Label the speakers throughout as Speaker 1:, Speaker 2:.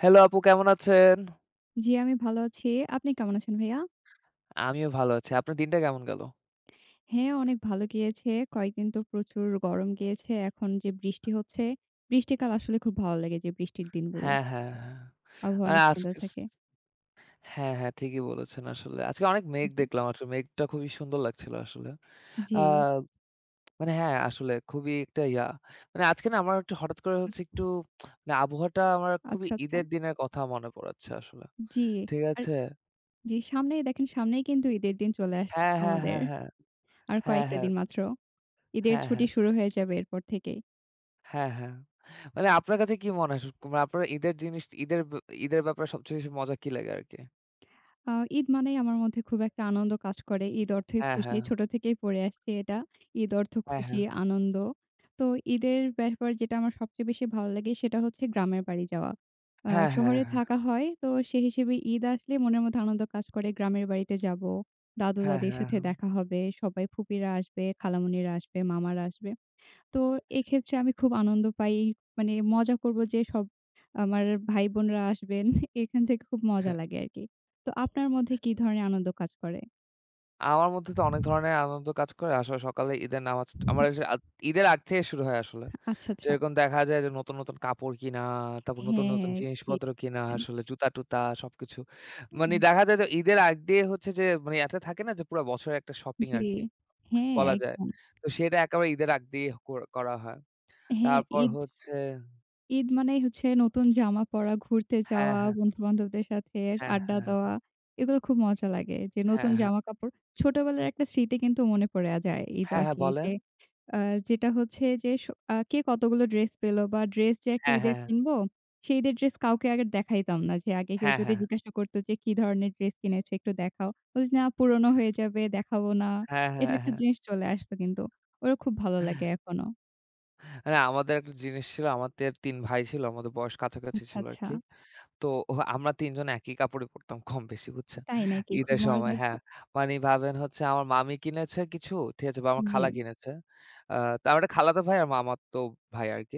Speaker 1: Hello আপু, কেমন আছেন?
Speaker 2: জি, আমি ভালো আছি। আপনি কেমন আছেন ভাইয়া?
Speaker 1: আমিও ভালো আছি। আপনার দিনটা কেমন গেল?
Speaker 2: হ্যাঁ, অনেক ভালো গিয়েছে। কয়েকদিন তো প্রচুর গরম গিয়েছে। এখন যে বৃষ্টি হচ্ছে, বৃষ্টিকাল আসলে খুব ভালো লাগে যে বৃষ্টির দিনগুলো।
Speaker 1: হ্যাঁ, হ্যাঁ, হ্যাঁ।
Speaker 2: আবহাওয়া
Speaker 1: মানে
Speaker 2: অনেক সুন্দর
Speaker 1: আজকে
Speaker 2: থাকে।
Speaker 1: হ্যাঁ, হ্যাঁ, ঠিকই বলেছেন আসলে। আজকে অনেক মেঘ
Speaker 2: জি,
Speaker 1: দেখলাম আসলে। মেঘটা খুবই সুন্দর লাগছিল আসলে।
Speaker 2: জি।
Speaker 1: আ মানে হ্যাঁ, আসলে খুবই একটা মানে আজকে না আমার একটু হঠাৎ করে হচ্ছে একটু মানে আবহাওয়াটা আমার খুবই
Speaker 2: আচ্ছা, আচ্ছা।
Speaker 1: ঈদের দিনের কথা মনে পড়াচ্ছে আসলে।
Speaker 2: জি,
Speaker 1: ঠিক
Speaker 2: আর
Speaker 1: আছে?
Speaker 2: জি, সামনেই দেখেন সামনেই কিন্তু ঈদের দিন চলে
Speaker 1: হ্যাঁ,
Speaker 2: আসতেছে
Speaker 1: হ্যাঁ, হ্যাঁ,
Speaker 2: আমাদের।
Speaker 1: হ্যাঁ।
Speaker 2: আর
Speaker 1: হ্যাঁ,
Speaker 2: কয়েকটা
Speaker 1: হ্যাঁ।
Speaker 2: দিন মাত্র। ঈদের
Speaker 1: হ্যাঁ,
Speaker 2: ছুটি
Speaker 1: হ্যাঁ।
Speaker 2: শুরু হয়ে যাবে এরপর থেকেই।
Speaker 1: হ্যাঁ, হ্যাঁ। মানে আপনার কাছে কি মনে হয়? মানে আপনার ঈদের জিনিস ঈদের ঈদের ব্যাপারে সবচেয়ে বেশি মজা কি লাগে আরকি?
Speaker 2: আ ঈদ মানেই আমার মধ্যে খুব একটা আনন্দ কাজ করে। ঈদ অর্থই
Speaker 1: হ্যাঁ,
Speaker 2: খুশি।
Speaker 1: হ্যাঁ।
Speaker 2: ছোট থেকেই পড়ে আসছি এটা। ঈদ অর্থ
Speaker 1: হ্যাঁ,
Speaker 2: খুশি,
Speaker 1: হ্যাঁ।
Speaker 2: আনন্দ। তো ঈদের ব্যাপার যেটা আমার সবচেয়ে বেশি ভালো লাগে সেটা হচ্ছে গ্রামের বাড়ি যাওয়া।
Speaker 1: হ্যাঁ, হ্যাঁ,
Speaker 2: শহরে
Speaker 1: হ্যাঁ,
Speaker 2: থাকা হয় তো সেই হিসেবে ঈদ আসলে মনের মধ্যে আনন্দ কাজ করে। গ্রামের বাড়িতে যাব,
Speaker 1: হ্যাঁ,
Speaker 2: দাদু-দাদির
Speaker 1: হ্যাঁ।
Speaker 2: সাথে
Speaker 1: হ্যাঁ।
Speaker 2: দেখা হবে, সবাই ফুপিরা আসবে, খালামণিরা আসবে, মামারা আসবে। তো এক্ষেত্রে আমি খুব আনন্দ পাই। মানে মজা করব যে সব আমার ভাই-বোনরা আসবেন। এখান থেকে খুব
Speaker 1: হ্যাঁ,
Speaker 2: মজা
Speaker 1: হ্যাঁ।
Speaker 2: লাগে আরকি। তো আপনার মধ্যে কি ধরনের আনন্দ কাজ করে?
Speaker 1: আমার মধ্যে তো অনেক ধরনের আনন্দ কাজ করে। আসলে সকালে ঈদের নামাজ আমার এসে ঈদের আগ থেকে শুরু হয় আসলে।
Speaker 2: আচ্ছা, আচ্ছা।
Speaker 1: যেরকম দেখা যায় যে নতুন, নতুন কাপড় কিনা, তারপর নতুন,
Speaker 2: হ্যাঁ,
Speaker 1: নতুন
Speaker 2: হ্যাঁ, ঠিক।
Speaker 1: জিনিসপত্র কিনা আসলে জুতা-টুতা সবকিছু। মানে
Speaker 2: উম
Speaker 1: দেখা যায় যে ঈদের আগ দিয়ে হচ্ছে যে মানে এতে থাকে না যে পুরা বছরের একটা শপিং
Speaker 2: জি।
Speaker 1: আরকি
Speaker 2: হ্যাঁ,
Speaker 1: বলা যায়।
Speaker 2: একদম।
Speaker 1: তো সেটা একেবারে ঈদের আগ দিয়ে করা হয়।
Speaker 2: হ্যাঁ,
Speaker 1: তারপর
Speaker 2: ঈদ
Speaker 1: হচ্ছে
Speaker 2: ঈদ মানেই হচ্ছে নতুন জামা পরা, ঘুরতে
Speaker 1: হ্যাঁ,
Speaker 2: যাওয়া,
Speaker 1: হ্যাঁ,
Speaker 2: বন্ধু-বান্ধবদের সাথে
Speaker 1: হ্যাঁ,
Speaker 2: আড্ডা
Speaker 1: হ্যাঁ,
Speaker 2: দেওয়া। এগুলো খুব মজা লাগে যে নতুন
Speaker 1: হ্যাঁ, হ্যাঁ,
Speaker 2: জামা কাপড় ছোটবেলার একটা স্মৃতি কিন্তু মনে পড়ে যায় ঈদ
Speaker 1: হ্যাঁ, হ্যাঁ,
Speaker 2: আসলেই
Speaker 1: বলেন।
Speaker 2: যে আ যেটা হচ্ছে যে স আ কে কতগুলো ড্রেস পেলো বা ড্রেস যে একটা
Speaker 1: হ্যাঁ,
Speaker 2: ঈদের
Speaker 1: হ্যাঁ,
Speaker 2: কিনবো, সেই ঈদের ড্রেস কাউকে আগে দেখাইতাম না। যে আগে কেউ
Speaker 1: হ্যাঁ,
Speaker 2: যদি
Speaker 1: হ্যাঁ,
Speaker 2: জিজ্ঞাসা করতো যে, "কি ধরনের ড্রেস কিনেছো? একটু দেখাও।" বলছি, "না পুরনো হয়ে যাবে, দেখাবো না।"
Speaker 1: হ্যাঁ, হ্যাঁ,
Speaker 2: এটা
Speaker 1: হ্যাঁ,
Speaker 2: একটা
Speaker 1: হ্যাঁ।
Speaker 2: জিনিস চলে আসতো কিন্তু। ওরা খুব ভালো লাগে এখনো।
Speaker 1: না, আমাদের একটা জিনিস ছিল, আমাদের ৩ ভাই ছিল। আমাদের বয়স কাছাকাছি
Speaker 2: আচ্ছা,
Speaker 1: ছিল
Speaker 2: আচ্ছা।
Speaker 1: আরকি। তো আমরা ৩ জন একই কাপড়ই পড়তাম কম-বেশি, বুঝছেন?
Speaker 2: তাই নাকি? খুব
Speaker 1: ঈদের সময়
Speaker 2: মজার তো।
Speaker 1: হ্যাঁ। মানে ভাবেন হচ্ছে আমার মামি কিনেছে কিছু, ঠিক আছে? বা আমার
Speaker 2: জি।
Speaker 1: খালা কিনেছে। আ তো আমার একটা খালাতো ভাই আর মামাতো ভাই আরকি।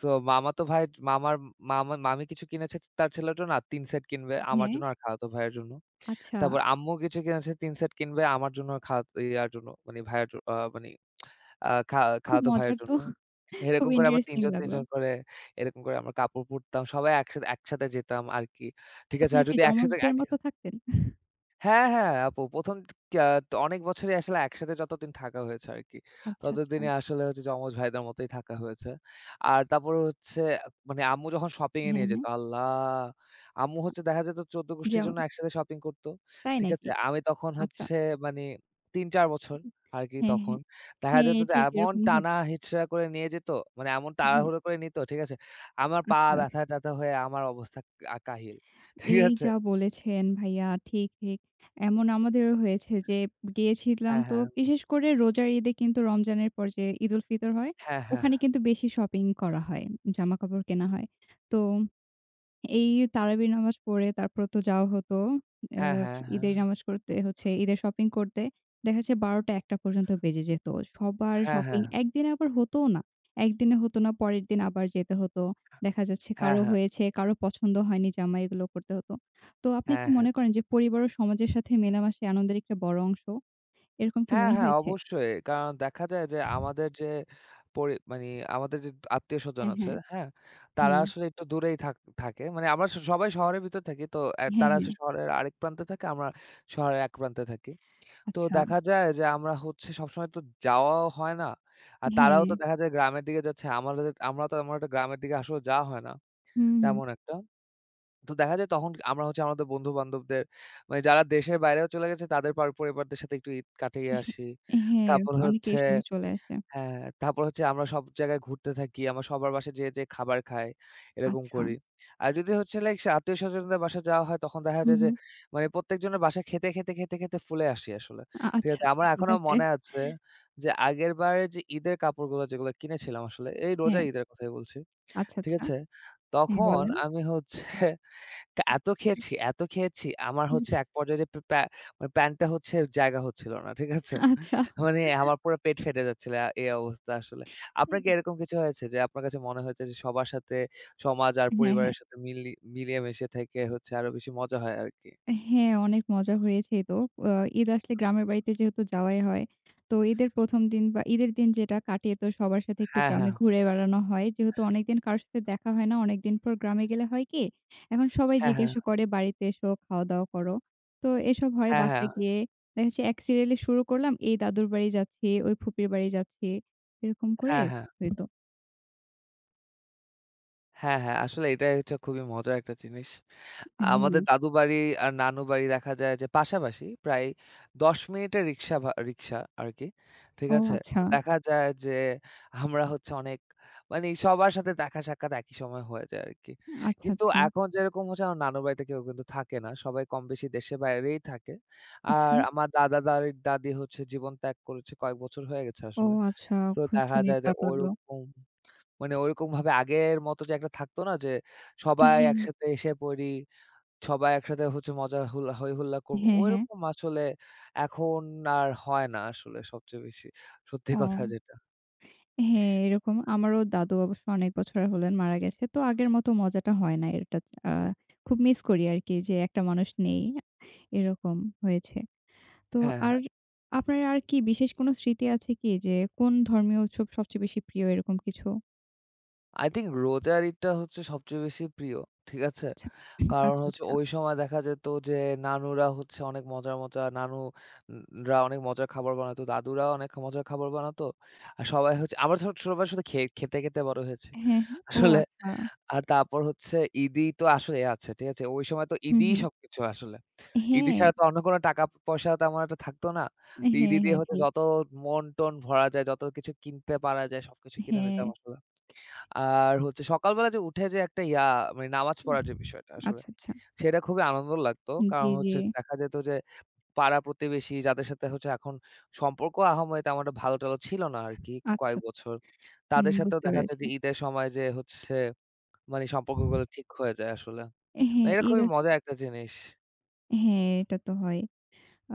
Speaker 1: সো মামাতো ভাই মামার মামা মামি কিছু কিনেছে তার ছেলের জন্য আর ৩ সেট কিনবে আমার
Speaker 2: হ্যাঁ,
Speaker 1: জন্য আর খালাতো ভাইয়ের জন্য।
Speaker 2: আচ্ছা।
Speaker 1: তারপর আম্মু কিছু কিনেছে ৩ সেট কিনবে আমার জন্য আর খালাতো ইয়ার জন্য মানে ভাইয়ের জ আ মানে আ খা
Speaker 2: খুব
Speaker 1: খালাতো ভাইয়ের
Speaker 2: মজার তো।
Speaker 1: জন্য।
Speaker 2: খুব
Speaker 1: এরকম করে আমরা ৩
Speaker 2: ইন্টারেস্টিং
Speaker 1: জন, ৩
Speaker 2: লাগলো।
Speaker 1: জন করে এরকম করে আমরা কাপড় পরতাম। সবাই একসাথে একসাথে যেতাম আরকি। ঠিক আছে?
Speaker 2: আপনারা
Speaker 1: আর
Speaker 2: কি
Speaker 1: যদি একসাথে
Speaker 2: যমজদের মতো থাকতেন?
Speaker 1: হ্যাঁ, হ্যাঁ, আপু ১ম ক্যা অনেক বছরই আসলে একসাথে যতদিন থাকা হয়েছে আরকি।
Speaker 2: আচ্ছা, আচ্ছা।
Speaker 1: ততদিনে আসলে হচ্ছে যমজ ভাইদের মতোই থাকা হয়েছে। আর তারপরে হচ্ছে মানে আম্মু যখন শপিং এ
Speaker 2: হ্যাঁ,
Speaker 1: নিয়ে যেত,
Speaker 2: হ্যাঁ।
Speaker 1: আল্লাহ! আম্মু হচ্ছে দেখা যেত ১৪ গোষ্ঠীর
Speaker 2: যেমন
Speaker 1: জন্য একসাথে শপিং করত।
Speaker 2: তাই
Speaker 1: ঠিক আছে?
Speaker 2: নাকি?
Speaker 1: আমি তখন
Speaker 2: আচ্ছা।
Speaker 1: হচ্ছে মানে ৩-৪ বছর আরকি
Speaker 2: হ্যাঁ,
Speaker 1: তখন।
Speaker 2: হ্যাঁ।
Speaker 1: দেখা
Speaker 2: হ্যাঁ,
Speaker 1: যেত যে
Speaker 2: ঠিক
Speaker 1: এমন
Speaker 2: এরকম
Speaker 1: টানা
Speaker 2: হচ্ছে।
Speaker 1: হিচড়া করে নিয়ে যেত, মানে এমন
Speaker 2: হুম,
Speaker 1: তাড়াহুড়ো করে নিত, ঠিক আছে? আমার পা
Speaker 2: আচ্ছা, আচ্ছা।
Speaker 1: ব্যথা-ট্যাথা হয়ে আমার অবস্থা কাহিল। ঠিক
Speaker 2: এই
Speaker 1: আছে?
Speaker 2: যা বলেছেন ভাইয়া ঠিক, ঠিক। এমন আমাদেরও হয়েছে যে গিয়েছিলাম
Speaker 1: হ্যাঁ,
Speaker 2: তো
Speaker 1: হ্যাঁ।
Speaker 2: বিশেষ করে রোজার ঈদে কিন্তু রমজানের পর যে ঈদুল ফিতর হয়,
Speaker 1: হ্যাঁ, হ্যাঁ। হ্যাঁ।
Speaker 2: ওখানে কিন্তু বেশি শপিং করা হয়। জামাকাপড় কেনা হয়। তো এই তারাবির নামাজ পড়ে তারপর তো যাওয়া হতো আ
Speaker 1: হ্যাঁ, হ্যাঁ, হ্যাঁ।
Speaker 2: ঈদের নামাজ করতে হচ্ছে ঈদের শপিং করতে। দেখা যাচ্ছে ১২:০০-১:০০ পর্যন্ত বেজে যেত। সবার
Speaker 1: হ্যাঁ,
Speaker 2: শপিং
Speaker 1: হ্যাঁ।
Speaker 2: একদিনে আবার হতও না। একদিনে হতো না, পরের দিন আবার যেতে হতো। দেখা যাচ্ছে
Speaker 1: হ্যাঁ,
Speaker 2: কারো
Speaker 1: হ্যাঁ।
Speaker 2: হয়েছে, কারো পছন্দ হয়নি জামা এগুলো করতে হতো। তো আপনি
Speaker 1: হ্যাঁ,
Speaker 2: কি
Speaker 1: হ্যাঁ।
Speaker 2: মনে করেন যে পরিবার ও সমাজের সাথে মেলামেশাই আনন্দের একটা বড় অংশ? এরকম কি
Speaker 1: হ্যাঁ,
Speaker 2: মনে
Speaker 1: হ্যাঁ,
Speaker 2: হয়েছে?
Speaker 1: অবশ্যই। কারণ দেখা যায় যে আমাদের যে মানে আমাদের যে আত্মীয়স্বজন
Speaker 2: হ্যাঁ,
Speaker 1: আছে,
Speaker 2: হ্যাঁ।
Speaker 1: হ্যাঁ? তারা
Speaker 2: হ্যাঁ,
Speaker 1: আসলে একটু দূরেই থাকে। মানে আমরা সবাই শহরের ভিতর থাকি। তো
Speaker 2: হ্যাঁ,
Speaker 1: তারা
Speaker 2: হ্যাঁ।
Speaker 1: হচ্ছে শহরের আরেক প্রান্তে থাকে, আমরা শহরের এক প্রান্তে থাকি। তো
Speaker 2: আচ্ছা।
Speaker 1: দেখা যায় যে আমরা হচ্ছে সবসময় তো যাওয়াও হয় না। আর তারাও
Speaker 2: হ্যাঁ।
Speaker 1: তো দেখা যায় গ্রামের দিকে যাচ্ছে। আমরাও তো আমার গ্রামের দিকে আসলে যাওয়া হয় না
Speaker 2: হুম, হুম।
Speaker 1: তেমন একটা। তো দেখা যায় তখন আমরা হচ্ছে আমাদের বন্ধু-বান্ধবদের মানে যারা দেশের বাইরেও চলে গেছে তাদের পরিবারদের সাথে একটু ঈদ কাটিয়ে আসি।
Speaker 2: হ্যাঁ, হ্যাঁ,
Speaker 1: তারপর
Speaker 2: অনেকে
Speaker 1: হচ্ছে
Speaker 2: এই সময় চলে আসে।
Speaker 1: হ্যাঁ, তারপর হচ্ছে আমরা সব জায়গায় ঘুরতে থাকি। আমরা সবার বাসায় যেয়ে, যেয়ে খাবার খাই। এরকম
Speaker 2: আচ্ছা।
Speaker 1: করি। আর যদি হচ্ছে লাইক সে আত্মীয়-স্বজনদের বাসায় যাওয়া হয় তখন দেখা
Speaker 2: হুম,
Speaker 1: যায় যে
Speaker 2: হুম।
Speaker 1: মানে প্রত্যেকজনের বাসায় খেতে, খেতে, খেতে, খেতে ফুলে আসি আসলে। ঠিক
Speaker 2: আচ্ছা,
Speaker 1: আছে? আমার
Speaker 2: আচ্ছা ঠিক
Speaker 1: এখনো
Speaker 2: আছে।
Speaker 1: মনে আছে যে আগেরবারে যে ঈদের কাপড়গুলো যেগুলো কিনেছিলাম আসলে এই
Speaker 2: হ্যাঁ,
Speaker 1: রোজার ঈদের কথাই বলছি।
Speaker 2: আচ্ছা,
Speaker 1: ঠিক
Speaker 2: আচ্ছা।
Speaker 1: আছে?
Speaker 2: হ্যাঁ,
Speaker 1: তখন
Speaker 2: বলেন।
Speaker 1: আমি হচ্ছে তা এত খেয়েছি, এত খেয়েছি। আমার হচ্ছে এক পর্যায়ে যে পে প্যা মানে প্যান্টটা হচ্ছে জায়গা হচ্ছিল না। ঠিক আছে?
Speaker 2: আচ্ছা।
Speaker 1: মানে আমার পুরা পেট ফেটে যাচ্ছিল। এই অবস্থা আসলে। আপনার কি এরকম কিছু হয়েছে যে আপনার কাছে মনে হয়েছে যে সবার সাথে সমাজ আর
Speaker 2: হ্যাঁ, হ্যাঁ।
Speaker 1: পরিবারের সাথে মিলিয়ে মিশে থেকে হচ্ছে আরো বেশি মজা হয় আরকি?
Speaker 2: হ্যাঁ, অনেক মজা হয়েছে তো। আ ঈদ আসলে গ্রামের বাড়িতে যেহেতু যাওয়াই হয়। তো ঈদের ১ম দিন বা ঈদের দিন যেটা কাটিয়ে তো সবার সাথে একটু
Speaker 1: হ্যাঁ, হ্যাঁ।
Speaker 2: গ্রামে ঘুরে বেড়ানো হয়। যেহেতু অনেকদিন কারো সাথে দেখা হয় না, অনেকদিন পর গ্রামে গেলে হয় কি? এখন সবাই
Speaker 1: হ্যাঁ, হ্যাঁ।
Speaker 2: জিজ্ঞাসা করে, "বাড়িতে এসো, খাওয়া-দাওয়া করো।" তো এসব হয়
Speaker 1: হ্যাঁ, হ্যাঁ।
Speaker 2: বাসায় গিয়ে দেখা যাচ্ছে এক সিরিয়ালি শুরু করলাম, এই দাদুর বাড়ি যাচ্ছি, ওই ফুপির বাড়ি যাচ্ছি। এরকম করে
Speaker 1: হ্যাঁ, হ্যাঁ।
Speaker 2: হইতো।
Speaker 1: হ্যাঁ, হ্যাঁ। হ্যাঁ, আসলে এটাই হচ্ছে খুবই মজার একটা জিনিস। আমাদের
Speaker 2: হ্যাঁ।
Speaker 1: দাদু বাড়ি আর নানু বাড়ি দেখা যায় যে পাশাপাশি প্রায় ১০ মিনিটের রিক্সা আরকি। ঠিক
Speaker 2: ও
Speaker 1: আছে?
Speaker 2: আচ্ছা।
Speaker 1: তো দেখা যায় যে আমরা হচ্ছে অনেক মানে সবার সাথে দেখা সাক্ষাৎ একই সময় হয়ে যায় আরকি।
Speaker 2: আচ্ছা,
Speaker 1: কিন্তু
Speaker 2: আচ্ছা।
Speaker 1: এখন যেরকম হচ্ছে আমার নানুর বাড়িতে কেউ কিন্তু থাকে না। সবাই কমবেশি দেশের বাইরেই থাকে।
Speaker 2: আচ্ছা।
Speaker 1: আর আমার দাদা দারি দাদি হচ্ছে জীবন ত্যাগ করেছে কয়েক বছর হয়ে গেছে
Speaker 2: ও
Speaker 1: আসলে।
Speaker 2: আচ্ছা,
Speaker 1: সো
Speaker 2: খু
Speaker 1: দেখা
Speaker 2: শুনে
Speaker 1: যায় যে
Speaker 2: খারাপ লাগলো।
Speaker 1: মানে ওরকমভাবে আগের মতো যে একটা থাকতো না যে সবাই
Speaker 2: হ্যাঁ।
Speaker 1: একসাথে এসে পড়ি সবাই একসাথে হচ্ছে মজা হুল্লা হৈ হুল্লা করব।
Speaker 2: হ্যাঁ, হ্যাঁ।
Speaker 1: ওইরকম আসলে এখন আর হয় না আসলে সবচেয়ে বেশি। সত্যি
Speaker 2: ও
Speaker 1: কথা যেটা।
Speaker 2: হ্যাঁ, এরকম আমারও দাদু অবশ্য অনেক বছর হলেন মারা গেছে। তো আগের মতো মজাটা হয় না। এটা আ খুব মিস করি আরকি যে একটা মানুষ নেই। এরকম হয়েছে। তো
Speaker 1: হ্যাঁ,
Speaker 2: আর
Speaker 1: হ্যাঁ।
Speaker 2: আপনার আর কি বিশেষ কোনো স্মৃতি আছে কি যে কোন ধর্মীয় উৎসব সবচেয়ে বেশি প্রিয় এরকম কিছু?
Speaker 1: I think রোজার ঈদটা হচ্ছে সবচেয়ে বেশি প্রিয়। ঠিক আছে?
Speaker 2: আচ্ছা,
Speaker 1: কারণ
Speaker 2: আচ্ছা,
Speaker 1: হচ্ছে
Speaker 2: আচ্ছা।
Speaker 1: ওই সময় দেখা যেত যে নানুরা হচ্ছে অনেক মজার, মজার নানু রা অনেক মজার খাবার বানাতো। দাদুরা অনেক মজার খাবার বানাতো। আর সবাই হচ্ছে আমরা ছোট সবাই শুধু খেয়ে খেতে, খেতে বড় হয়েছি
Speaker 2: হ্যাঁ, হ্যাঁ। ও
Speaker 1: আসলে।
Speaker 2: আচ্ছা।
Speaker 1: আর তারপর হচ্ছে ঈদই তো আসলে আছে। ঠিক আছে? ওই সময় তো
Speaker 2: হুম,
Speaker 1: ঈদই
Speaker 2: হুম।
Speaker 1: সবকিছু আসলে। ঈদি
Speaker 2: হ্যাঁ,
Speaker 1: ছাড়া তো অন্য কোনো টাকা পয়সা তেমন একটা থাকতো না। তো ঈদি
Speaker 2: হ্যাঁ,
Speaker 1: দিয়ে
Speaker 2: হ্যাঁ,
Speaker 1: হচ্ছে
Speaker 2: ঠিক।
Speaker 1: যত মন-টন ভরা যায়, যত কিছু কিনতে পারা যায় সবকিছু কিনে
Speaker 2: হ্যাঁ।
Speaker 1: নিতাম আসলে। আর হচ্ছে সকালবেলা যে উঠে যে একটা মানে নামাজ পড়ার যে বিষয়টা আসলে,
Speaker 2: আচ্ছা, আচ্ছা।
Speaker 1: সেটা খুবই আনন্দ লাগতো। কারণ
Speaker 2: জি, জি।
Speaker 1: হচ্ছে দেখা যেত যে পাড়া-প্রতিবেশী যাদের সাথে হচ্ছে এখন সম্পর্ক আহামরি তেমন একটা ভালো-টালো ছিল না আরকি
Speaker 2: আচ্ছা,
Speaker 1: কয়েক বছর।
Speaker 2: হুম,
Speaker 1: তাদের সাথেও
Speaker 2: বুঝতে
Speaker 1: দেখা যায়
Speaker 2: পেরেছি।
Speaker 1: যে ঈদের সময় যে হচ্ছে মানে সম্পর্কগুলো ঠিক হয়ে যায় আসলে। মানে
Speaker 2: হ্যাঁ,
Speaker 1: এটা
Speaker 2: ঈদ
Speaker 1: খুবই
Speaker 2: আস
Speaker 1: মজার একটা জিনিস।
Speaker 2: হ্যাঁ, এটা তো হয়। আ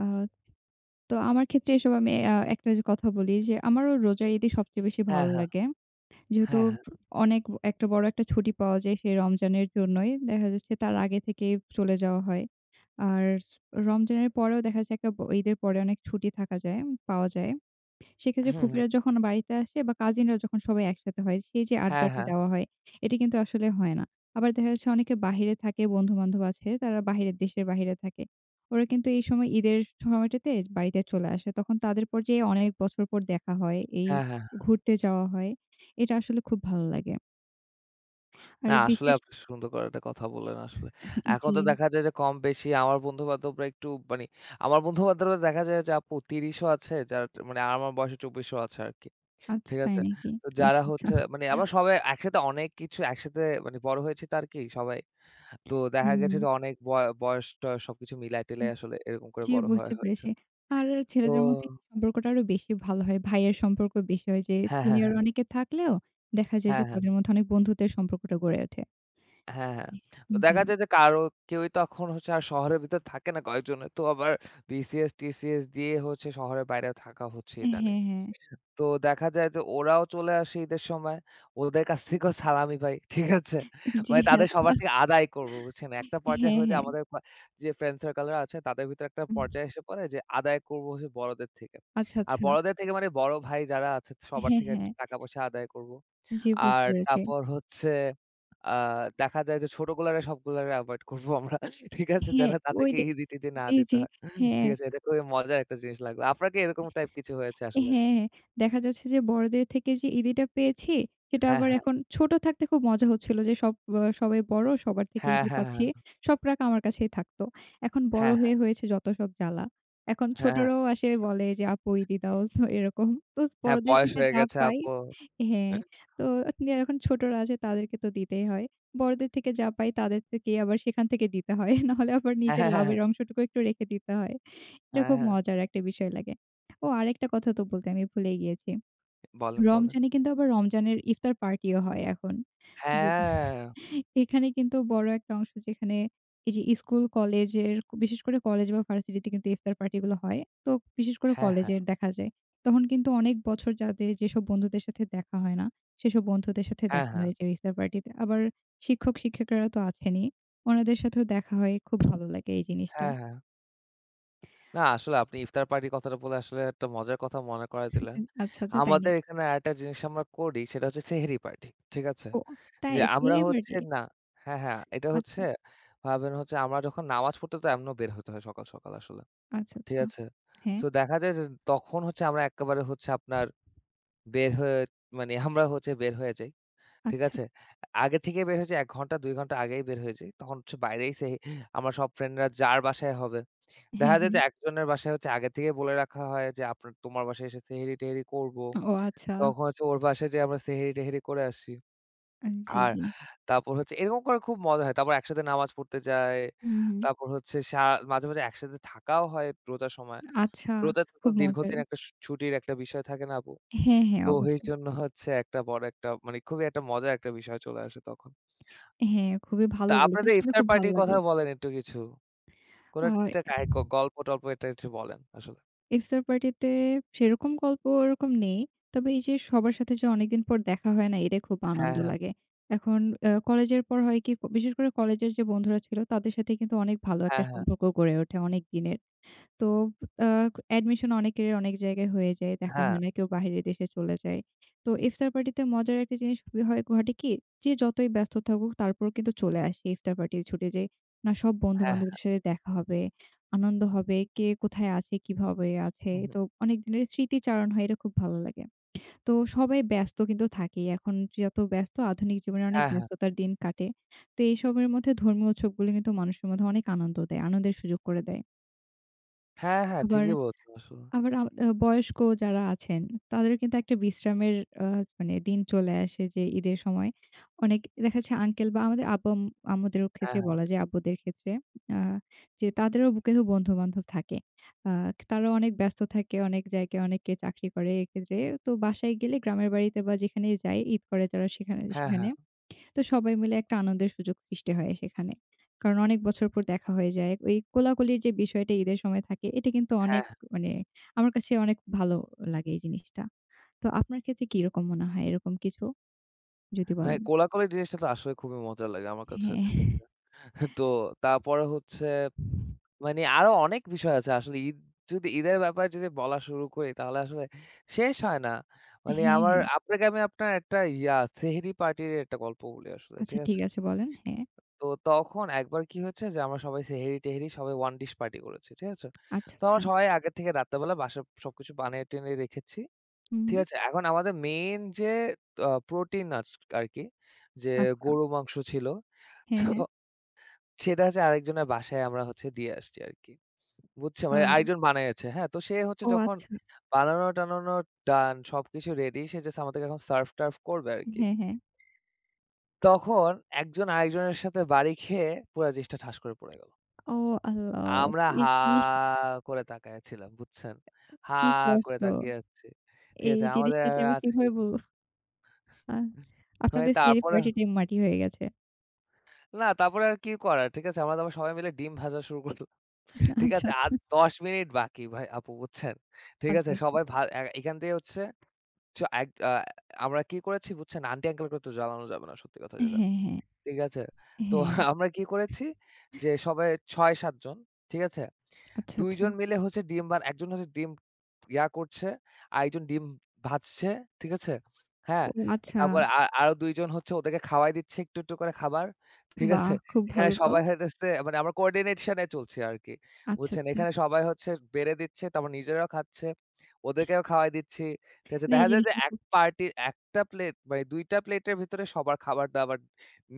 Speaker 2: তো আমার ক্ষেত্রে এসব আমি একটা যে কথা বলি যে, আমারও রোজার ঈদই সবচেয়ে বেশি
Speaker 1: হ্যাঁ,
Speaker 2: ভালো
Speaker 1: হ্যাঁ।
Speaker 2: লাগে। যেহেতু
Speaker 1: হ্যাঁ, হ্যাঁ।
Speaker 2: অনেক একটা বড় একটা ছুটি পাওয়া যায় সেই রমজানের জন্যই। দেখা যাচ্ছে তার আগে থেকেই চলে যাওয়া হয়। আর রমজানের পরেও দেখা যাচ্ছে একটা ব ঈদের পরে অনেক ছুটি থাকা যায়, পাওয়া যায়। সেক্ষেত্রে
Speaker 1: হুম, হুম।
Speaker 2: ফুপিরা যখন বাড়িতে আসে বা কাজিনরা যখন সবাই একসাথে হয়, সেই যে
Speaker 1: হ্যাঁ,
Speaker 2: আড্ডাটা
Speaker 1: হ্যাঁ।
Speaker 2: দেওয়া হয়, এটি কিন্তু আসলে হয় না। আবার দেখা যাচ্ছে অনেকে বাহিরে থাকে, বন্ধু-বান্ধব আছে, তারা বাহিরের দেশের বাহিরে থাকে। ওরা কিন্তু এই সময় ঈদের সময়টাতে বাড়িতে চলে আসে। তখন তাদের পর যেয়ে অনেক বছর পর দেখা হয়, এই
Speaker 1: হ্যাঁ, হ্যাঁ।
Speaker 2: ঘুরতে যাওয়া হয়। এটা আসলে খুব ভালো লাগে।
Speaker 1: না
Speaker 2: আর
Speaker 1: আসলে
Speaker 2: বিশেষ
Speaker 1: আপনি সুন্দর করে একটা কথা বললেন আসলে। এখন
Speaker 2: জি,
Speaker 1: তো দেখা যায় যে কম বেশি আমার বন্ধু-বান্ধবরা একটু মানে আমার বন্ধু-বান্ধবরা দেখা যায় যে আপু ৩০ ও আছে যার মানে আমার বয়সে ২৪ ও আছে আরকি।
Speaker 2: আচ্ছা
Speaker 1: ঠিক
Speaker 2: তাই
Speaker 1: আছে?
Speaker 2: নাকি?
Speaker 1: তো যারা
Speaker 2: আচ্ছা, আচ্ছা।
Speaker 1: হচ্ছে মানে আমরা সবাই একসাথে অনেক কিছু একসাথে মানে বড় হয়েছি তো আরকি সবাই। তো দেখা
Speaker 2: হুম,
Speaker 1: গেছে যে অনেক বয়স-টয়স সবকিছু মিলায়-টিলায় আসলে এরকম করে
Speaker 2: জি
Speaker 1: বড় হওয়া
Speaker 2: বুঝতে
Speaker 1: হয়েছে।
Speaker 2: পেরেছি। আর
Speaker 1: তো
Speaker 2: ছেলেদের মধ্যে সম্পর্কটা আরো বেশি ভালো হয়। ভাইয়ের সম্পর্ক বেশি হয় যে
Speaker 1: হ্যাঁ, হ্যাঁ,
Speaker 2: সিনিয়র
Speaker 1: হ্যাঁ।
Speaker 2: অনেকে থাকলেও দেখা যায়
Speaker 1: হ্যাঁ,
Speaker 2: যে
Speaker 1: হ্যাঁ।
Speaker 2: তাদের মধ্যে অনেক বন্ধুত্বের সম্পর্কটা গড়ে ওঠে।
Speaker 1: হ্যাঁ, হ্যাঁ। তো
Speaker 2: জি।
Speaker 1: দেখা যায় যে কারো কেউই তখন হচ্ছে আর শহরের ভিতর থাকে না কয়েকজনের। তো আবার বিসিএস-টিসিএস দিয়ে হচ্ছে শহরের বাইরে থাকা হচ্ছে
Speaker 2: হ্যাঁ,
Speaker 1: ইদানিং।
Speaker 2: হ্যাঁ।
Speaker 1: তো দেখা যায় যে ওরাও চলে আসে ঈদের সময়। ওদের কাছ থেকেও সালামি পাই। ঠিক আছে?
Speaker 2: জি,
Speaker 1: মানে তাদের
Speaker 2: আচ্ছা।
Speaker 1: সবার থেকে আদায় করব, বুঝছেন? একটা পর্যায়ে
Speaker 2: হ্যাঁ,
Speaker 1: হয়ে যায়
Speaker 2: হ্যাঁ।
Speaker 1: আমাদের যে ফ্রেন্ড সার্কেলরা আছে তাদের ভিতরে একটা
Speaker 2: উম
Speaker 1: পর্যায়ে এসে পড়ে যে আদায় করব হচ্ছে বড়দের থেকে।
Speaker 2: আচ্ছা,
Speaker 1: আর
Speaker 2: আচ্ছা।
Speaker 1: বড়দের থেকে মানে বড় ভাই যারা আছে সবার
Speaker 2: হ্যাঁ,
Speaker 1: থেকে
Speaker 2: হ্যাঁ।
Speaker 1: টাকা পয়সা আদায় করব।
Speaker 2: জি বুঝতে
Speaker 1: আর
Speaker 2: পেরেছি।
Speaker 1: তারপর হচ্ছে আ দেখা যায় যে ছোটগুলারে সবগুলারে এভয়েড করবো আমরা। ঠিক আছে? যেন
Speaker 2: হ্যাঁ, ওই
Speaker 1: তাদেরকে
Speaker 2: ডে
Speaker 1: ইদি-টিদি না
Speaker 2: জি,
Speaker 1: দিতে
Speaker 2: জি।
Speaker 1: হয়। ঠিক
Speaker 2: হ্যাঁ।
Speaker 1: আছে? এটা খুবই মজার একটা জিনিস লাগলো। আপনার কি এরকম টাইপ কিছু হয়েছে
Speaker 2: হ্যাঁ,
Speaker 1: আসলে?
Speaker 2: হ্যাঁ। দেখা যাচ্ছে যে বড়দের থেকে যে ইদিটা পেয়েছি, সেটা
Speaker 1: হ্যাঁ,
Speaker 2: আবার
Speaker 1: হ্যাঁ।
Speaker 2: এখন ছোট থাকতে খুব মজা হচ্ছিল যে সব সবাই বড়, সবার থেকে
Speaker 1: হ্যাঁ,
Speaker 2: ইদি
Speaker 1: হ্যাঁ,
Speaker 2: পাচ্ছি।
Speaker 1: হ্যাঁ।
Speaker 2: সব রাগ আমার কাছেই থাকতো। এখন বড়
Speaker 1: হ্যাঁ, হ্যাঁ।
Speaker 2: হয়ে হয়েছে যত সব জ্বালা। এখন
Speaker 1: হ্যাঁ, হ্যাঁ।
Speaker 2: ছোটরাও আসে বলে যে, "আপু ইদি দাও" সো এরকম। তো
Speaker 1: হ্যাঁ,
Speaker 2: বড়দের
Speaker 1: বয়স
Speaker 2: থেকে
Speaker 1: হয়ে
Speaker 2: যা
Speaker 1: গেছে
Speaker 2: পাই
Speaker 1: আপু।
Speaker 2: হ্যাঁ, তো নিয়ে এখন ছোটরা আছে তাদেরকে তো দিতেই হয়। বড়দের থেকে যা পাই তাদের থেকে আবার সেখান থেকে দিতে হয়। নাহলে আবার
Speaker 1: হ্যাঁ,
Speaker 2: নিজের
Speaker 1: হ্যাঁ, হ্যাঁ,
Speaker 2: লাভের অংশটুকু একটু রেখে দিতে হয়। এটা
Speaker 1: হ্যাঁ,
Speaker 2: খুব
Speaker 1: হ্যাঁ।
Speaker 2: মজার একটা বিষয় লাগে। ও আরেকটা কথা তো বলতে আমি ভুলেই গিয়েছি।
Speaker 1: বলেন, বলেন।
Speaker 2: রমজানে কিন্তু আবার রমজানের ইফতার পার্টিও হয় এখন। যেটা
Speaker 1: হ্যাঁ।
Speaker 2: এখানে কিন্তু বড় একটা অংশ যেখানে এই যে স্কুল কলেজের বিশেষ করে কলেজ বা ভার্সিটিতে কিন্তু ইফতার পার্টি গুলো হয়। তো বিশেষ করে
Speaker 1: হ্যাঁ, হ্যাঁ।
Speaker 2: কলেজের দেখা যায়। তখন কিন্তু অনেক বছর যাদের যেসব বন্ধুদের সাথে দেখা হয় না, সেসব বন্ধুদের সাথে
Speaker 1: হ্যাঁ,
Speaker 2: দেখা
Speaker 1: হ্যাঁ।
Speaker 2: হয় যে ইফতার পার্টিতে। আবার শিক্ষক-শিক্ষিকারা তো আছেনই। ওনাদের সাথেও দেখা হয়। খুব ভালো লাগে এই জিনিসটা।
Speaker 1: হ্যাঁ, হ্যাঁ। না আসলে আপনি ইফতার পার্টির কথাটা বলে আসলে একটা মজার কথা মনে করায় দিলেন।
Speaker 2: আচ্ছা, আচ্ছা তাই
Speaker 1: আমাদের
Speaker 2: নাকি?
Speaker 1: এখানে আরেকটা জিনিস আমরা করি সেটা হচ্ছে সেহরি পার্টি। ঠিক আছে?
Speaker 2: ও
Speaker 1: যে
Speaker 2: তাই
Speaker 1: আমরা
Speaker 2: সিঁড়ি
Speaker 1: হচ্ছে
Speaker 2: বাড়ি?
Speaker 1: না হ্যাঁ, হ্যাঁ, এটা হচ্ছে
Speaker 2: আচ্ছা,
Speaker 1: ভাবেন হচ্ছে আমরা যখন নামাজ পড়তে তো এমনেও বের হতে হয় সকাল, সকাল আসলে।
Speaker 2: আচ্ছা,
Speaker 1: ঠিক
Speaker 2: আচ্ছা।
Speaker 1: আছে?
Speaker 2: হ্যাঁ,
Speaker 1: সো দেখা যায় যে তখন হচ্ছে আমরা একেবারে হচ্ছে আপনার বের হয়ে মানে আমরা হচ্ছে বের হয়ে যাই। ঠিক
Speaker 2: আচ্ছা।
Speaker 1: আছে? আগে থেকে বের হয়ে যাই ১ ঘন্টা ২ ঘন্টা আগেই বের হয়ে যাই। তখন হচ্ছে বাইরেই সেই আমরা সব ফ্রেন্ডরা যার বাসায় হবে। দেখা
Speaker 2: হ্যাঁ,
Speaker 1: যায় যে
Speaker 2: হ্যাঁ।
Speaker 1: একজনের বাসায় হচ্ছে আগে থেকেই বলে রাখা হয় যে তোমার বাসায় এসে সেহরি-টেহরি করব।
Speaker 2: ও আচ্ছা।
Speaker 1: তখন হচ্ছে ওর বাসায় যেয়ে আমরা সেহরি-টেহরি করে আসি।
Speaker 2: জি,
Speaker 1: আর
Speaker 2: জি।
Speaker 1: তারপর হচ্ছে এরকম করে খুব মজা হয়। তারপর একসাথে নামাজ পড়তে যাই।
Speaker 2: হুম, হুম।
Speaker 1: তারপর হচ্ছে মাঝে, মাঝে একসাথে থাকাও হয় রোজার সময়।
Speaker 2: আচ্ছা,
Speaker 1: রোজাতে তো
Speaker 2: খুব মজার।
Speaker 1: দীর্ঘদিন একটা ছুটির একটা বিষয় থাকে না আপু?
Speaker 2: হ্যাঁ, হ্যাঁ,
Speaker 1: তো
Speaker 2: অবশ্যই।
Speaker 1: এইজন্য হচ্ছে একটা বড় একটা মানে খুবই একটা মজার একটা বিষয় চলে আসে তখন।
Speaker 2: হ্যাঁ, খুবই
Speaker 1: তা
Speaker 2: ভালো বলেছেন।
Speaker 1: আপনাদের
Speaker 2: শুনে
Speaker 1: ইফতার
Speaker 2: খুব ভালো
Speaker 1: পার্টির কথা
Speaker 2: লাগলো।
Speaker 1: বলেন একটু কিছু। কোন একটা
Speaker 2: আ
Speaker 1: কাহি গ গল্প-টল্প এটা একটু বলেন আসলে।
Speaker 2: ইফতার পার্টিতে সেরকম গল্প ওরকম নেই। তবে এই যে সবার সাথে যে অনেকদিন পর দেখা হয় না, এটা খুব
Speaker 1: হ্যাঁ,
Speaker 2: আনন্দ
Speaker 1: হ্যাঁ।
Speaker 2: লাগে। এখন আ কলেজের পর হয় কি, বিশেষ করে কলেজের যে বন্ধুরা ছিল তাদের সাথে কিন্তু অনেক ভালো
Speaker 1: হ্যাঁ,
Speaker 2: একটা
Speaker 1: হ্যাঁ।
Speaker 2: সম্পর্ক গড়ে ওঠে অনেক দিনের। তো আ অ্যাডমিশন অনেকের অনেক জায়গায় হয়ে যায়। দেখা
Speaker 1: হ্যাঁ,
Speaker 2: হয় না, কেউ বাহিরের দেশে চলে যায়। তো ইফতার পার্টিতে মজার একটা জিনিস হয় ঘটে কি? যে যতই ব্যস্ত থাকুক তারপরেও কিন্তু চলে আসি ইফতার পার্টির ছুটে যাই। না সব
Speaker 1: হ্যাঁ,
Speaker 2: বন্ধু-বান্ধবদের
Speaker 1: হ্যাঁ।
Speaker 2: সাথে দেখা হবে, আনন্দ হবে, কে কোথায় আছে, কিভাবে আছে।
Speaker 1: হু, হু।
Speaker 2: তো অনেক দিনের স্মৃতিচারণ হয়, এটা খুব ভালো লাগে। তো সবাই ব্যস্ত কিন্তু থাকেই। এখন যত ব্যস্ত আধুনিক জীবনে অনেক
Speaker 1: হ্যাঁ, হ্যাঁ।
Speaker 2: ব্যস্ততার দিন কাটে। তো এইসবের মধ্যে ধর্মীয় উৎসবগুলো কিন্তু মানুষের মধ্যে অনেক আনন্দ দেয়, আনন্দের সুযোগ করে দেয়।
Speaker 1: হ্যাঁ, হ্যাঁ,
Speaker 2: আবার
Speaker 1: ঠিকই বলছেন আসলে।
Speaker 2: আবার আ আ বয়স্ক যারা আছেন তাদের কিন্তু একটা বিশ্রামের আ মানে দিন চলে আসে যে ঈদের সময়। অনেক দেখা যাচ্ছে আঙ্কেল বা আমাদের আব্বা-আম আম্মুদেরও
Speaker 1: হ্যাঁ,
Speaker 2: ক্ষেত্রে
Speaker 1: হ্যাঁ।
Speaker 2: বলা যায়, আব্বুদের ক্ষেত্রে আ যে তাদেরও কিন্তু বন্ধু-বান্ধব থাকে। আ তারা অনেক ব্যস্ত থাকে, অনেক জায়গায় অনেকে চাকরি করে এক্ষেত্রে। তো বাসায় গেলে গ্রামের বাড়িতে বা যেখানেই যাই ঈদ করে যারা সেখানে,
Speaker 1: হ্যাঁ,
Speaker 2: সেখানে
Speaker 1: হ্যাঁ।
Speaker 2: তো সবাই মিলে একটা আনন্দের সুযোগ সৃষ্টি হয় সেখানে। কারণ অনেক বছর পর দেখা হয়ে যায়। ওই কোলাকুলির যে বিষয়টা ঈদের সময় থাকে এটা কিন্তু
Speaker 1: হ্যাঁ,
Speaker 2: অনেক
Speaker 1: হ্যাঁ।
Speaker 2: মানে আমার কাছে অনেক ভালো লাগে এই জিনিসটা। তো আপনার ক্ষেত্রে কিরকম মনে হয় এরকম কিছু? যদি
Speaker 1: হ্যাঁ,
Speaker 2: বলেন।
Speaker 1: কোলাকুলি জিনিসটা তো আসলে খুবই মজা লাগে আমার কাছে।
Speaker 2: হ্যাঁ।
Speaker 1: তো তারপরে হচ্ছে উম, মানে আরো অনেক বিষয় আছে। আসলে যদি ঈদের ব্যাপারে যদি বলা শুরু করি তাহলে আসলে শেষ হয় না। মানে
Speaker 2: হ্যাঁ,
Speaker 1: আমার
Speaker 2: হ্যাঁ।
Speaker 1: আপনাকে আমি আপনার একটা সেহরি পার্টির একটা গল্প বলি আসলে।
Speaker 2: আচ্ছা
Speaker 1: ঠিক
Speaker 2: ঠিক
Speaker 1: আছে?
Speaker 2: আছে বলেন। হ্যাঁ।
Speaker 1: তো তখন একবার কি হয়েছে যে আমরা সবাই সেহরি-টেহরি সবাই ওয়ান ডিশ পার্টি করেছি। ঠিক আছে?
Speaker 2: আচ্ছা,
Speaker 1: তো
Speaker 2: আচ্ছা।
Speaker 1: আমরা সবাই আগে থেকে রাত্রেবেলা বাসায় সবকিছু বানিয়ে টেনিয়ে রেখেছি।
Speaker 2: হুম,
Speaker 1: ঠিক
Speaker 2: হুম।
Speaker 1: আছে? এখন আমাদের মেইন যে প্রোটিন আরকি যে
Speaker 2: আচ্ছা।
Speaker 1: গরু মাংস ছিল।
Speaker 2: হ্যাঁ,
Speaker 1: তো
Speaker 2: হ্যাঁ।
Speaker 1: সেটা হচ্ছে আরেকজনের বাসায় আমরা হচ্ছে দিয়ে আসছি আরকি। বুঝছো?
Speaker 2: আ
Speaker 1: মানে আরেকজন বানাইয়াছে। হ্যাঁ? তো সে হচ্ছে
Speaker 2: ও
Speaker 1: যখন
Speaker 2: আচ্ছা।
Speaker 1: বানানো-টানানো ডান সবকিছু রেডি। সে জাস্ট আমাদেরকে এখন সার্ভ-টার্ভ করবে আরকি।
Speaker 2: হ্যাঁ, হ্যাঁ।
Speaker 1: তখন একজন আরেকজনের সাথে বাড়ি খেয়ে পুরা জিনিসটা ঠাস করে পড়ে গেল।
Speaker 2: ও আল্লাহ!
Speaker 1: আমরা
Speaker 2: এ
Speaker 1: হা
Speaker 2: কি,
Speaker 1: করে তাকায়া ছিলাম। বুঝছেন? হা
Speaker 2: কি
Speaker 1: করে
Speaker 2: কষ্ট।
Speaker 1: তাকিয়ে আছি। ঠিক
Speaker 2: এই
Speaker 1: আছে? আমাদের
Speaker 2: জিনিসটা
Speaker 1: আর
Speaker 2: যে আমি
Speaker 1: আজকে
Speaker 2: কিভাবে বলব? আ
Speaker 1: হয়
Speaker 2: আপনাদের সেহরি
Speaker 1: তারপরে
Speaker 2: পার্টি টাইম মাটি হয়ে গেছে।
Speaker 1: না, তারপরে আর কি করার? ঠিক আছে? আমরা তারপর সবাই মিলে ডিম ভাজা শুরু করলাম। ঠিক
Speaker 2: আচ্ছা,
Speaker 1: আছে?
Speaker 2: আচ্ছা,
Speaker 1: আর ১০ মিনিট বাকি ভাই আপু, বুঝছেন? ঠিক
Speaker 2: আচ্ছা,
Speaker 1: আছে?
Speaker 2: আচ্ছা।
Speaker 1: সবাই ভা এ এখান থেকে হচ্ছে চ এক আ আমরা কি করেছি, বুঝছেন? আন্টি আঙ্কেলকে তো জ্বালানো যাবে না সত্যি কথা যেটা।
Speaker 2: হ্যাঁ, হ্যাঁ,
Speaker 1: ঠিক আছে? তো
Speaker 2: হ্যাঁ।
Speaker 1: আমরা কি করেছি যে সবাই ৬-৭ জন। ঠিক আছে?
Speaker 2: আচ্ছা,
Speaker 1: ২
Speaker 2: আচ্ছা।
Speaker 1: জন মিলে হচ্ছে ডিম বার একজন হচ্ছে ডিম ইয়া করছে, আরেকজন ডিম ভাজছে। ঠিক আছে? হ্যাঁ?
Speaker 2: ও আচ্ছা।
Speaker 1: তারপরে আরো ২ জন হচ্ছে ওদেরকে খাওয়াই দিচ্ছে একটু, একটু করে খাবার। ঠিক
Speaker 2: বাহ!
Speaker 1: আছে?
Speaker 2: খুব
Speaker 1: এখানে
Speaker 2: ভালো তো।
Speaker 1: সবাই হইতেছে মানে আমরা কোঅর্ডিনেশন এ চলছি আরকি।
Speaker 2: আচ্ছা,
Speaker 1: বুঝছেন?
Speaker 2: আচ্ছা।
Speaker 1: এখানে সবাই হচ্ছে বেড়ে দিচ্ছে, তারপর নিজেরাও খাচ্ছে। ওদেরকেও খাওয়াই দিচ্ছি। ঠিক আছে?
Speaker 2: না এই
Speaker 1: দেখা যায় যে
Speaker 2: জিনিসটা
Speaker 1: এক
Speaker 2: খুব
Speaker 1: পার্টি একটা প্লেট মানে ২ টা প্লেটের ভিতরে সবার খাবার-দাবার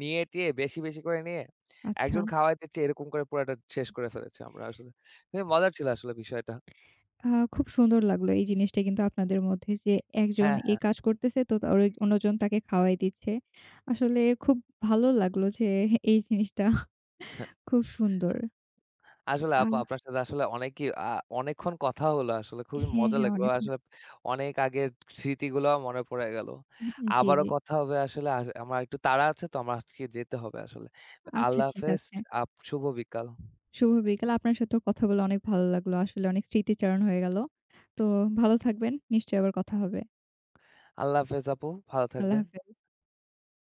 Speaker 1: নিয়ে টিয়ে বেশি, বেশি করে নিয়ে
Speaker 2: আচ্ছা।
Speaker 1: একজন খাওয়াই দিচ্ছে এরকম করে পুরাটা শেষ করে ফেলেছি আমরা আসলে। খুবই মজার ছিল আসলে বিষয়টা।
Speaker 2: আ খুব সুন্দর লাগলো এই জিনিসটা কিন্তু আপনাদের মধ্যে যে একজন
Speaker 1: হ্যাঁ,
Speaker 2: এই
Speaker 1: হ্যাঁ।
Speaker 2: কাজ করতেছে তো তা ওই অন্যজন তাকে খাওয়াই দিচ্ছে। আসলে খুব ভালো লাগলো যে এই জিনিসটা খুব সুন্দর।
Speaker 1: আসলে
Speaker 2: আ
Speaker 1: আপু আপনার সাথে আসলে অনেকই আ অনেকক্ষণ কথা হলো আসলে। খুবই
Speaker 2: হ্যাঁ,
Speaker 1: মজা
Speaker 2: হ্যাঁ
Speaker 1: লাগলো।
Speaker 2: অনেকক্ষণ
Speaker 1: আসলে অনেক আগের স্মৃতিগুলাও মনে পড়ে গেল।
Speaker 2: জি,
Speaker 1: আবারও
Speaker 2: জি।
Speaker 1: কথা হবে আসলে। আমার একটু তাড়া আছে তো আমার আজকে যেতে হবে আসলে।
Speaker 2: আচ্ছা
Speaker 1: আল্লাহ
Speaker 2: ঠিক
Speaker 1: হাফেজ,
Speaker 2: আছে।
Speaker 1: শুভ বিকাল।
Speaker 2: শুভ বিকাল। আপনার সাথেও কথা বলে অনেক ভালো লাগলো। আসলে অনেক স্মৃতিচারণ হয়ে গেল। তো ভালো থাকবেন। নিশ্চয়ই আবার কথা হবে।
Speaker 1: আল্লাহ হাফেজ আপু, ভালো
Speaker 2: আল্লাহ
Speaker 1: থাকবেন।
Speaker 2: হাফেজ।